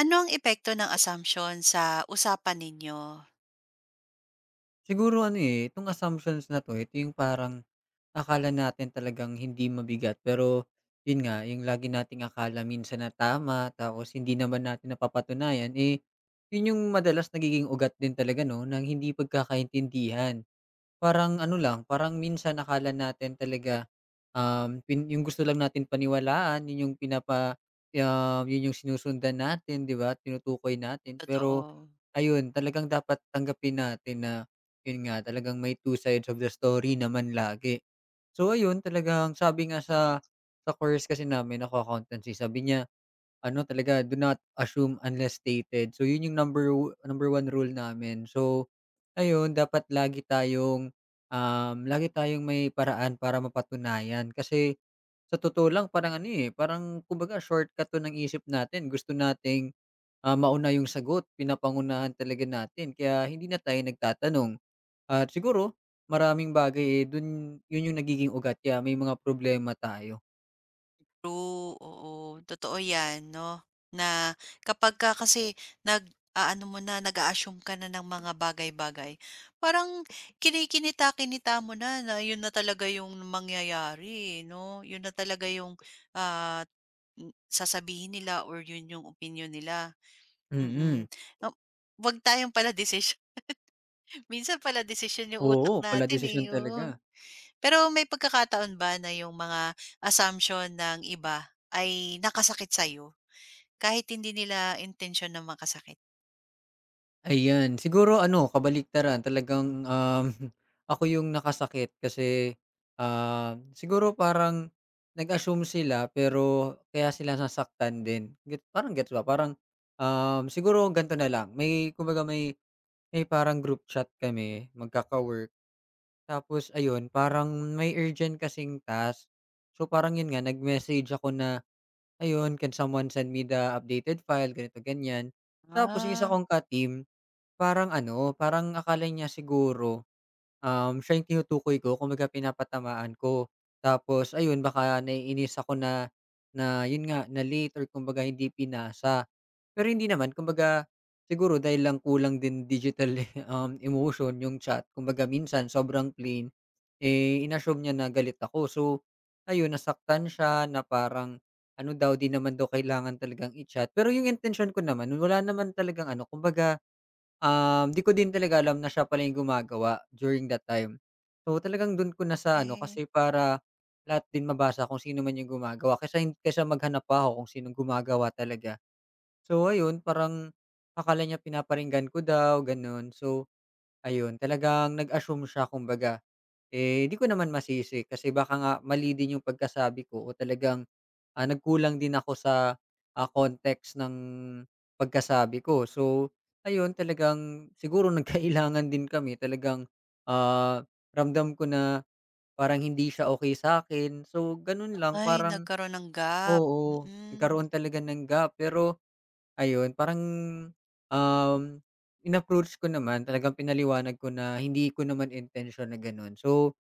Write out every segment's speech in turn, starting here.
Ano ang epekto ng assumption sa usapan ninyo? Siguro ano, eh, itong assumptions na 'to, ito yung parang akala natin talagang hindi mabigat pero yun nga, yung lagi nating akala minsan na tama tapos hindi naman natin napapatunayan, eh, yun yung madalas nagiging ugat din talaga 'no, ng hindi pagkakaintindihan. Parang ano lang, parang minsan akala natin talaga, um, pin yung gusto lang natin paniwalaan, yun yung sinusundan natin, 'di ba, tinutukoy natin. Pero Totoo. ayun, talagang dapat tanggapin natin na yun nga, talagang may two sides of the story naman lagi. So ayun, talagang sabi nga sa course kasi namin, ako accountancy, sabi niya ano talaga, do not assume unless stated. So, yun yung number one rule namin. So, ayun dapat lagi tayong may paraan para mapatunayan kasi sa totoo lang parang ano, eh, parang kumbaga shortcut 'to ng isip natin. Gusto nating, mauna yung sagot, pinapangunahan talaga natin kaya hindi na tayo nagtatanong. At siguro maraming bagay, eh, dun yun yung nagiging ugat kaya may mga problema tayo. True, oo. Totoo 'yan 'no, na kapagka kasi nag-aano mo na, nag-a-assume ka na ng mga bagay-bagay, parang kinikinita-kinita mo na na 'yun na talaga yung mangyayari, eh, 'no? 'Yun na talaga yung, ah, m sasabihin nila or 'yun yung opinyon nila, mm. Mm. Huwag tayong pala-desisyon minsan pala decision yung utak Oo, pala natin, desisyon eh, talaga. oo. Pero may pagkakataon ba na yung mga assumption ng iba ay nakasakit sa'yo, kahit hindi nila intensyon na makasakit? Ayan, siguro ano kabaliktaran talagang, ako yung nakasakit kasi, siguro parang nag-assume sila pero kaya sila nasaktan din, get parang gets ba? Parang, siguro ganito na lang may kumbaga may parang group chat kami magkaka-work tapos ayun parang may urgent kasing task. So, parang yun nga nag-message ako na, "Ayun, can someone send me the updated file?" ganito ganyan. Tapos yung isa Ah, kong ka-team, parang ano, parang akala niya siguro, siya yung tinutukoy ko kumbaga pinapatamaan ko. Tapos ayun baka naiinis ako na na yun nga na late or kumbaga hindi pinasa. Pero hindi naman kumbaga siguro dahil lang kulang din digital, emotion yung chat kumbaga minsan sobrang plain, eh, in-assume niya na galit ako. So ayun nasaktan siya na parang ano daw, 'di naman daw kailangan talagang i-chat. Pero yung intention ko naman wala naman talagang ano kumbaga, 'di ko din talaga alam na siya pala yung gumagawa during that time. So, talagang dun ko na sa ano okey. kasi para lahat din mabasa kung sino man yung gumagawa kaysa maghanap pa ako kung sinong gumagawa talaga. So, ayun parang akala niya pinaparinggan ko daw gano'n. So, ayun talagang nag-assume siya kumbaga. Eh, di ko naman masisi kasi baka nga mali din yung pagkasabi ko o talagang, nagkulang din ako sa, context ng pagkasabi ko. So, ayun talagang siguro nagkailangan din kami talagang, ah, ramdam ko na parang hindi siya okay sa akin. So, ganun lang Ay, parang nagkaroon ng gap, oo, mm, nagkaroon talaga ng gap pero ayun parang, um, in-approach ko naman talagang pinaliwanag ko na hindi ko naman intention na ganun. So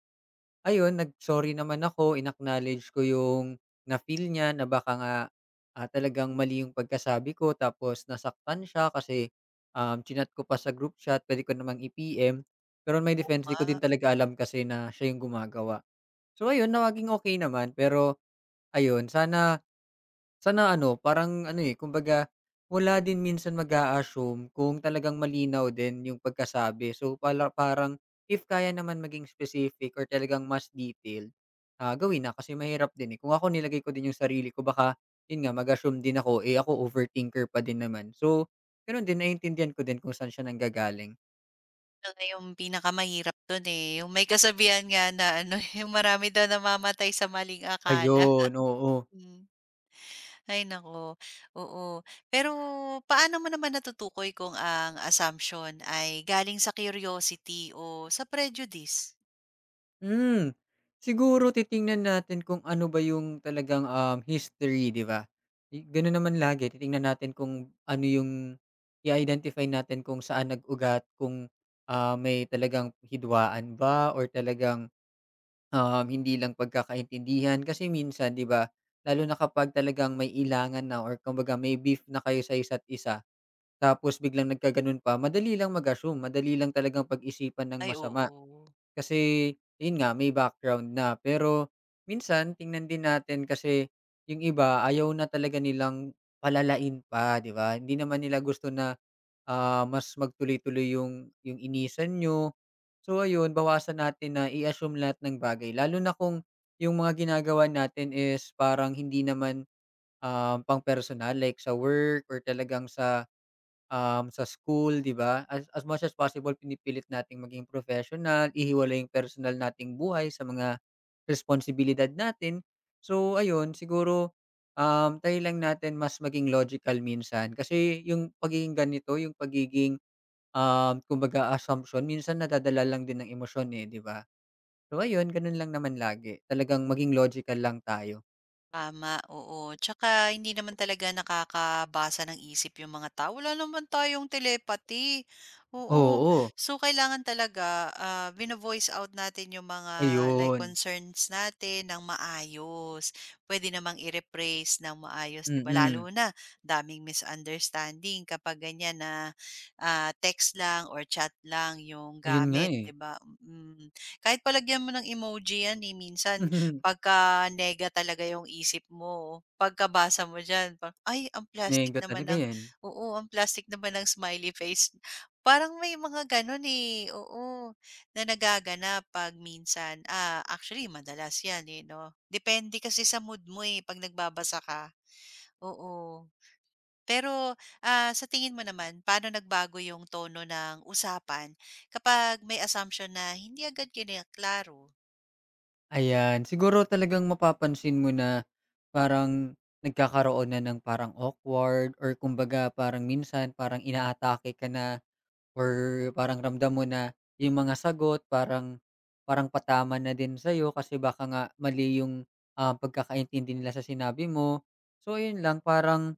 ayun, nag-sorry naman ako, in-acknowledge ko yung na-feel niya na baka nga, talagang mali yung pagkasabi ko tapos nasaktan siya kasi, chinat ko pa sa group chat, puwede ko namang i-PM. Pero in my oo defense, 'di ko nga. din talaga alam kasi na siya yung gumagawa. So ayun, naging okey naman pero ayun, sana sana ano, parang ano, eh, kumbaga wala din minsan mag-a-assume kung talagang malinaw din yung pagkasabi. So, pala parang if kaya naman maging specific or talagang mas detailed, gawin na kasi mahirap din, eh. Kung ako nilagay ko din yung sarili ko baka yun nga mag-assume din ako, eh, ako overthinker pa din naman. So, ganun din, naiintindihan ko din kung saan siya nanggagaling. Yun nga yung pinakamahirap dun, eh, yung may kasabihan nga na ano, yung marami daw namamatay sa maling akala. Ayun, oo. Hmm, ay naku, oo. Pero paano mo naman natutukoy kung ang assumption ay galing sa curiosity o sa prejudice? Hmm, Siguro titingnan natin kung ano ba yung talagang, history, 'di ba? I gano'n naman lagi titingnan natin kung ano yung i-identify natin kung saan nag-ugat, kung, may talagang hidwaan ba or talagang, hindi lang pagkakaintindihan. Kasi minsan, 'di ba, lalo na kapag talagang may ilangan na or kumbaga may beef na kayo sa isa't isa, tapos biglang nagkagano'n pa, madali lang mag-assume, madali lang talagang pag-isipan ng Ay masama. oo, Kasi yun nga, may background na. Pero minsan tingnan din natin kasi yung iba ayaw na talaga nilang palalain pa, 'di ba? Hindi naman nila gusto na, mas magtuloy-tuloy yung inisan niyo. So ayun, bawasan natin na i-assume lahat ng bagay lalo na kung yung mga ginagawa natin is parang hindi naman, pang-personal like sa work or talagang sa school, 'di ba? As much as possible pinipilit nating maging professional, ihiwalay yung personal nating buhay sa mga responsibilidad natin. So ayun, siguro, try lang natin mas maging logical minsan kasi yung pagiging ganito, yung pagiging, kumbaga assumption minsan nadadala lang din ng emosyon, eh, 'di ba? So ayun, ganun lang naman lagi, talagang maging logical lang tayo. tama, oo. Tsaka hindi naman talaga nakakabasa ng isip yung mga tao. Wala naman tayong telepathy, oo. Oo, So kailangan talaga, vino-voice out natin yung mga like ayun. concerns natin ng maayos. Puwede namang i-rephrase ng maayos, 'di ba? Mm, Lalo na daming misunderstanding kapag ganyan na, ah, text lang or chat lang yung Ayun nga, gamit, eh. 'di ba? Mm. Kahit palagyan mo ng emoji 'yan, eh, minsan pagka nega talaga yung isip mo, pagkabasa mo diyan parang, "Ay ang plastic Mega naman talaga ng" 'yan. oo, "ang plastic naman ng smiley face." Parang may mga gano'n, eh, oo, na nagaganap 'pag minsan, ah, actually madalas 'yan, eh, 'no. Depende kasi sa mood mo, eh, 'pag nagbabasa ka, oo. Pero, sa tingin mo naman paano nagbago yung tono ng usapan kapag may assumption na hindi agad kiniklaro? Ayan, siguro talagang mapapansin mo na parang nagkakaroon na ng parang awkward or kumbaga parang minsan parang inaatake ka na or parang ramdam mo na yung mga sagot parang parang patama na din sa'yo kasi baka nga mali yung, pagkakaintindi nila sa sinabi mo. So ayun lang, parang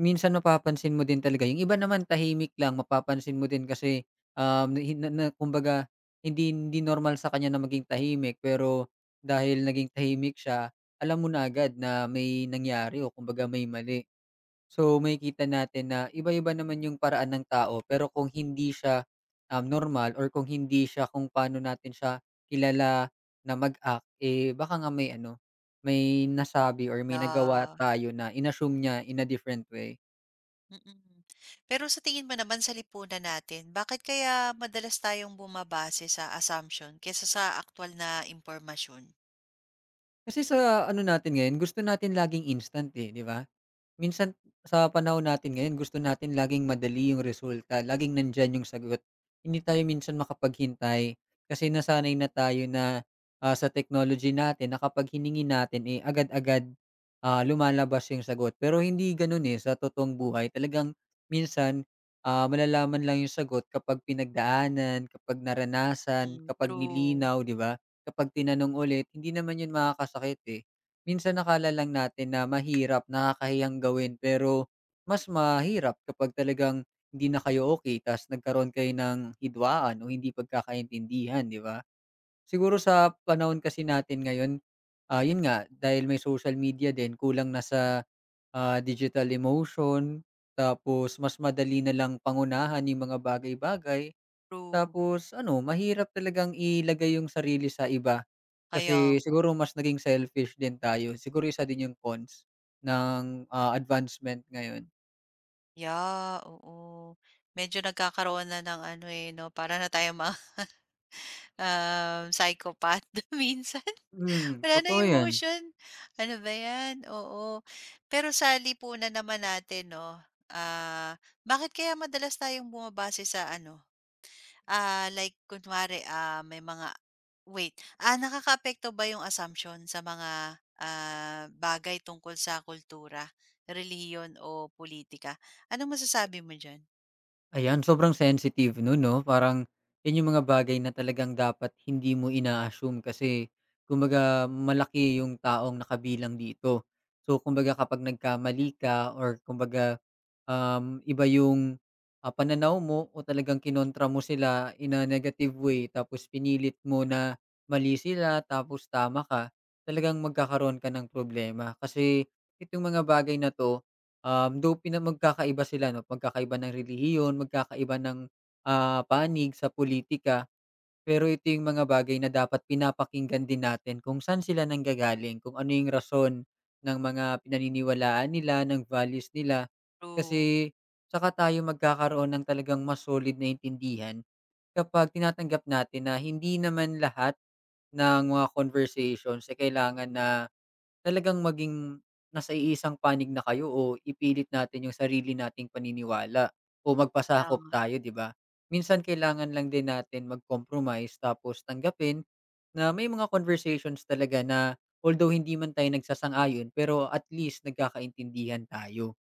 minsan mapapansin mo din talaga, yung iba naman tahimik lang mapapansin mo din kasi, um, nahi na na kumbaga hindi hindi normal sa kanya na maging tahimik pero dahil naging tahimik siya, alam mo na agad na may nangyari o kumbaga may mali. So, makikita natin na iba-iba naman yung paraan ng tao pero kung hindi siya, normal or kung hindi siya kung paano natin siya kilala na mag-act, eh, baka nga may ano, may nasabi or may nagawa Ah. tayo na inassume niya in a different way. Mm. Pero sa tingin mo naman sa lipunan natin, bakit kaya madalas tayong bumabase sa assumption kaysa sa aktuwal na impormasyon? Kasi sa ano natin ngayon, gusto natin laging instant, eh, 'di ba? Minsan sa panahon natin ngayon gusto natin laging madali yung resulta, laging nandiyan yung sagot. Hindi tayo minsan makapaghintay kasi nasanay na tayo na, sa technology natin na kapag hiningi natin, eh, agad-agad, lumalabas yung sagot. Pero hindi gano'n, eh, sa totoong buhay. Talagang minsan, malalaman lang yung sagot kapag pinagdaanan, kapag naranasan, Hmm, kapag true, nilinaw, 'di ba? Kapag tinanong ulit, hindi naman yun makakasakit, eh. Minsan akala lang natin na mahirap, nakakahiyang gawin, pero mas mahirap kapag talagang hindi na kayo okay ta's nagkaroon kayo ng hidwaan o hindi pagkakaintindihan, 'di ba? Siguro sa panahon kasi natin ngayon, 'yun nga, dahil may social media din, kulang na sa, digital emotion, tapos mas madali na lang pangunahan yung mga bagay-bagay. true. Tapos ano, mahirap talagang ilagay yung sarili sa iba. Kaya Kasi nga. siguro mas naging selfish din tayo. Siguro isa din yung cons ng, advancement ngayon. Yeah, oo. Medyo nagkakaroon na ng ano, eh, 'no, para na tayong mga, psychopath minsan. Wala Totoo ng 'yan. emotion. Ano ba 'yan? Oo. Pero sa lipunan naman natin, 'no, ah, bakit kaya madalas tayong bumabase sa ano ah, like kunwari, ah, may mga wait, ah, nakakaapekto ba yung assumption sa mga, ah, bagay tungkol sa kultura, relihiyon o politika? Anong masasabi mo diyan? Ayan, sobrang sensitive nun 'no, parang yun yung mga bagay na talagang dapat hindi mo ina-assume kasi kumbaga malaki yung taong nakabilang dito. So kumbaga kapag nagkamali ka or kumbaga, iba yung, pananaw mo o talagang kinontra mo sila in a negative way tapos pinilit mo na mali sila tapos tama ka, talagang magkakaroon ka ng problema. Kasi itong mga bagay na 'to, though magkakaiba sila 'no, magkakaiba ng relihiyon, magkakaiba ng, panig sa politika pero ito yung mga bagay na dapat pinapakinggan din natin kung saan sila nanggagaling, kung ano yung rason ng mga pinaniniwalaan nila, ng values nila. True. Kasi saka tayo magkakaroon ng talagang mas solid na intindihan kapag tinatanggap natin na hindi naman lahat ng mga conversations ay kailangan na talagang maging nasa iisang panig na kayo o ipilit natin yung sarili nating paniniwala o Kaya magpasakop nga, tayo, 'di ba? Minsan kailangan lang din natin mag-compromise tapos tanggapin na may mga conversations talaga na although hindi man tayo nagsasang-ayon, pero at least nagkakaintindihan tayo.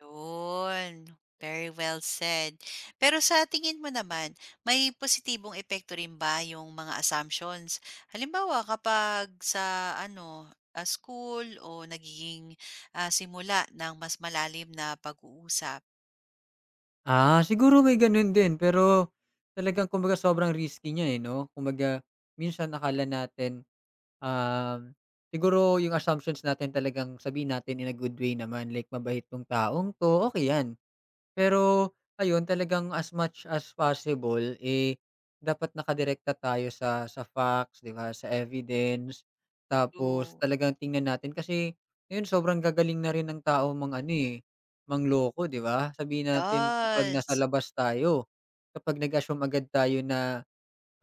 yun. Very well said. Pero sa tingin mo naman, may positibong epekto rin ba yung mga assumptions? Halimbawa, kapag sa ano, ah, school o nagiging, ah, simula ng mas malalim na pag-uusap? Siguro may gano'n din pero talagang kumbaga sobrang risky niya, eh, 'no? Kumbaga minsan akala natin, Um, siguro yung assumptions natin talagang sabihin natin in a good way naman, like mabait tong taong 'to, okay 'yan. Pero ayun, talagang as much as possible, eh, dapat nakadirekta tayo sa facts, 'di ba, sa evidence. Tapos True. talagang tingnan natin kasi yun sobrang gagaling na rin ng tao mang ano, eh, mangloko, 'di ba? Sabihin natin kapag nasa Yes. labas tayo, kapag nag-assume agad tayo na,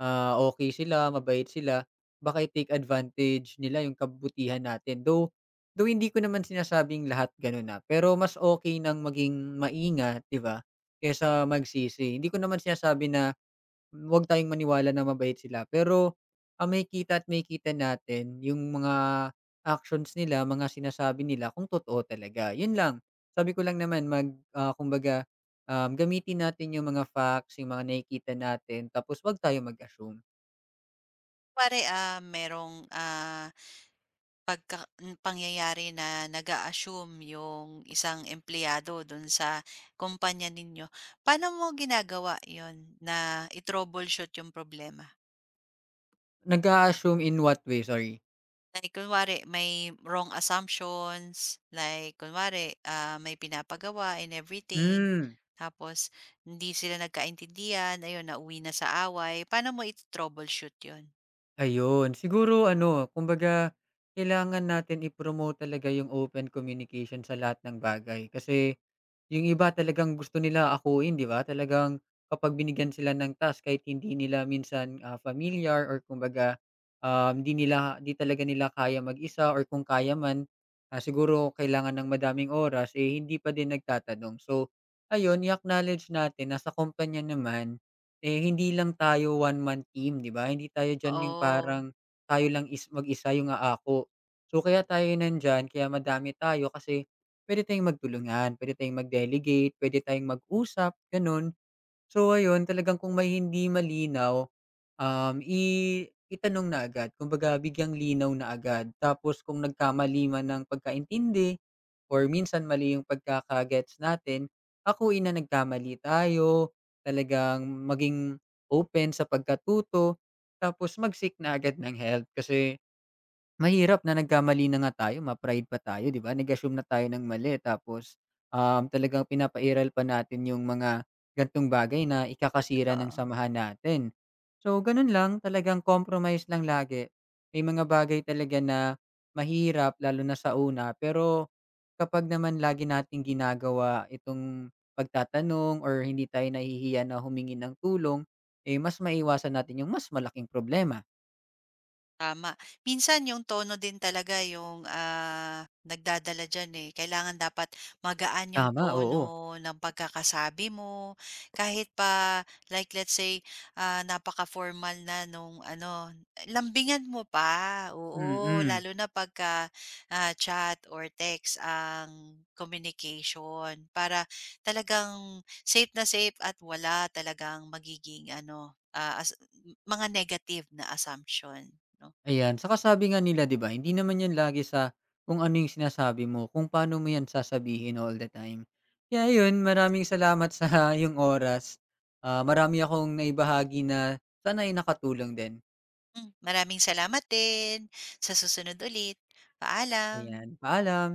Okey sila, mabait sila, baka i-take advantage nila yung kabutihan natin. Though hindi ko naman sinasabing lahat gano'n na, pero mas okay nang maging maingat, 'di ba, kaysa magsisi. Hindi ko naman sinasabi na huwag tayong maniwala na mabait sila, pero may kita natin yung mga actions nila, mga sinasabi nila kung totoo talaga, yun lang. Sabi ko lang naman kumbaga, gamitin natin yung mga facts, yung mga nakikita natin tapos huwag tayong mag-assume. Pare ah, merong, ah, pagka hmm, pangyayari na nag-a-assume yung isang empleyado dun sa kumpanya ninyo. Paano mo ginagawa yon na i-troubleshoot yung problema? Nag-a-assume in what way, sorry? Like kunwari may wrong assumptions, like kunwari, ah, may pinapagawa and everything, Hmm. tapos hindi sila nagkaintindihan, ayun nauwi na sa away. Paano mo ito-troubleshoot yun? Ayun, siguro ano, kumbaga kailangan natin i-promote talaga yung open communication sa lahat ng bagay kasi yung iba talagang gusto nila akuin, 'di ba? Talagang kapag binigyan sila ng task kahit hindi nila minsan, familiar or kumbaga, um, 'di nila 'di talaga nila kaya mag-isa or kung kaya man, siguro kailangan ng madaming oras, eh, hindi pa din nagtatanong. So, ayun i-acknowledge natin na sa kumpanya naman, eh, hindi lang tayo one man team, 'di ba? Hindi tayo diyan yung Oo, parang tayo lang is mag-isa yung aako. So, kaya tayo nandyan kaya madami tayo kasi puwede tayong magtulungan, puwede tayong mag-delegate, puwede tayong mag-usap, gano'n. So ayun, talagang kung may hindi malinaw, um, i itanong na agad, kumbaga bigyang linaw na agad. Tapos kung nagkamali man ng pagkaintindi or minsan mali yung pagkakagets natin, ako ina nagkamali tayo, talagang maging open sa pagkatuto, tapos mag-seek na agad ng help kasi mahirap na nagkamali na nga tayo, ma-pride pa tayo, 'di ba? Nag-assume na tayo ng mali tapos, talagang pinapairal pa natin yung mga ganitong bagay na ikakasira ng totoo? samahan natin. So, ganun lang, talagang compromise lang lagi. May mga bagay talaga na mahirap lalo na sa una, pero kapag naman lagi nating ginagawa itong pagtatanong or hindi tayo nahihiya na humingi ng tulong, eh, mas maiwasan natin yung mas malaking problema. Tama. Minsan yung tono din talaga yung, ah, nagdadala diyan, eh. Kailangan dapat magaan yung Tama, oo. tono ng pagkakasabi mo, kahit pa like let's say, ah, napaka-formal na nung ano, lambingan mo pa, oo. Mm. Lalo na pagka, ah, chat or text ang communication para talagang safe na safe at wala talagang magiging ano, ah, as mga negative na assumption, 'no? Ayan, saka sabi nga nila 'di ba, hindi naman 'yan lagi sa kung ano 'yung sinasabi mo, kung paano mo 'yan sasabihin all the time. Kaya 'yun, maraming salamat sa yung oras. Marami akong naibahagi na sana'y nakatulong din. Hmm, maraming salamat din. Sa susunod ulit, Ayan, paalam. paalam.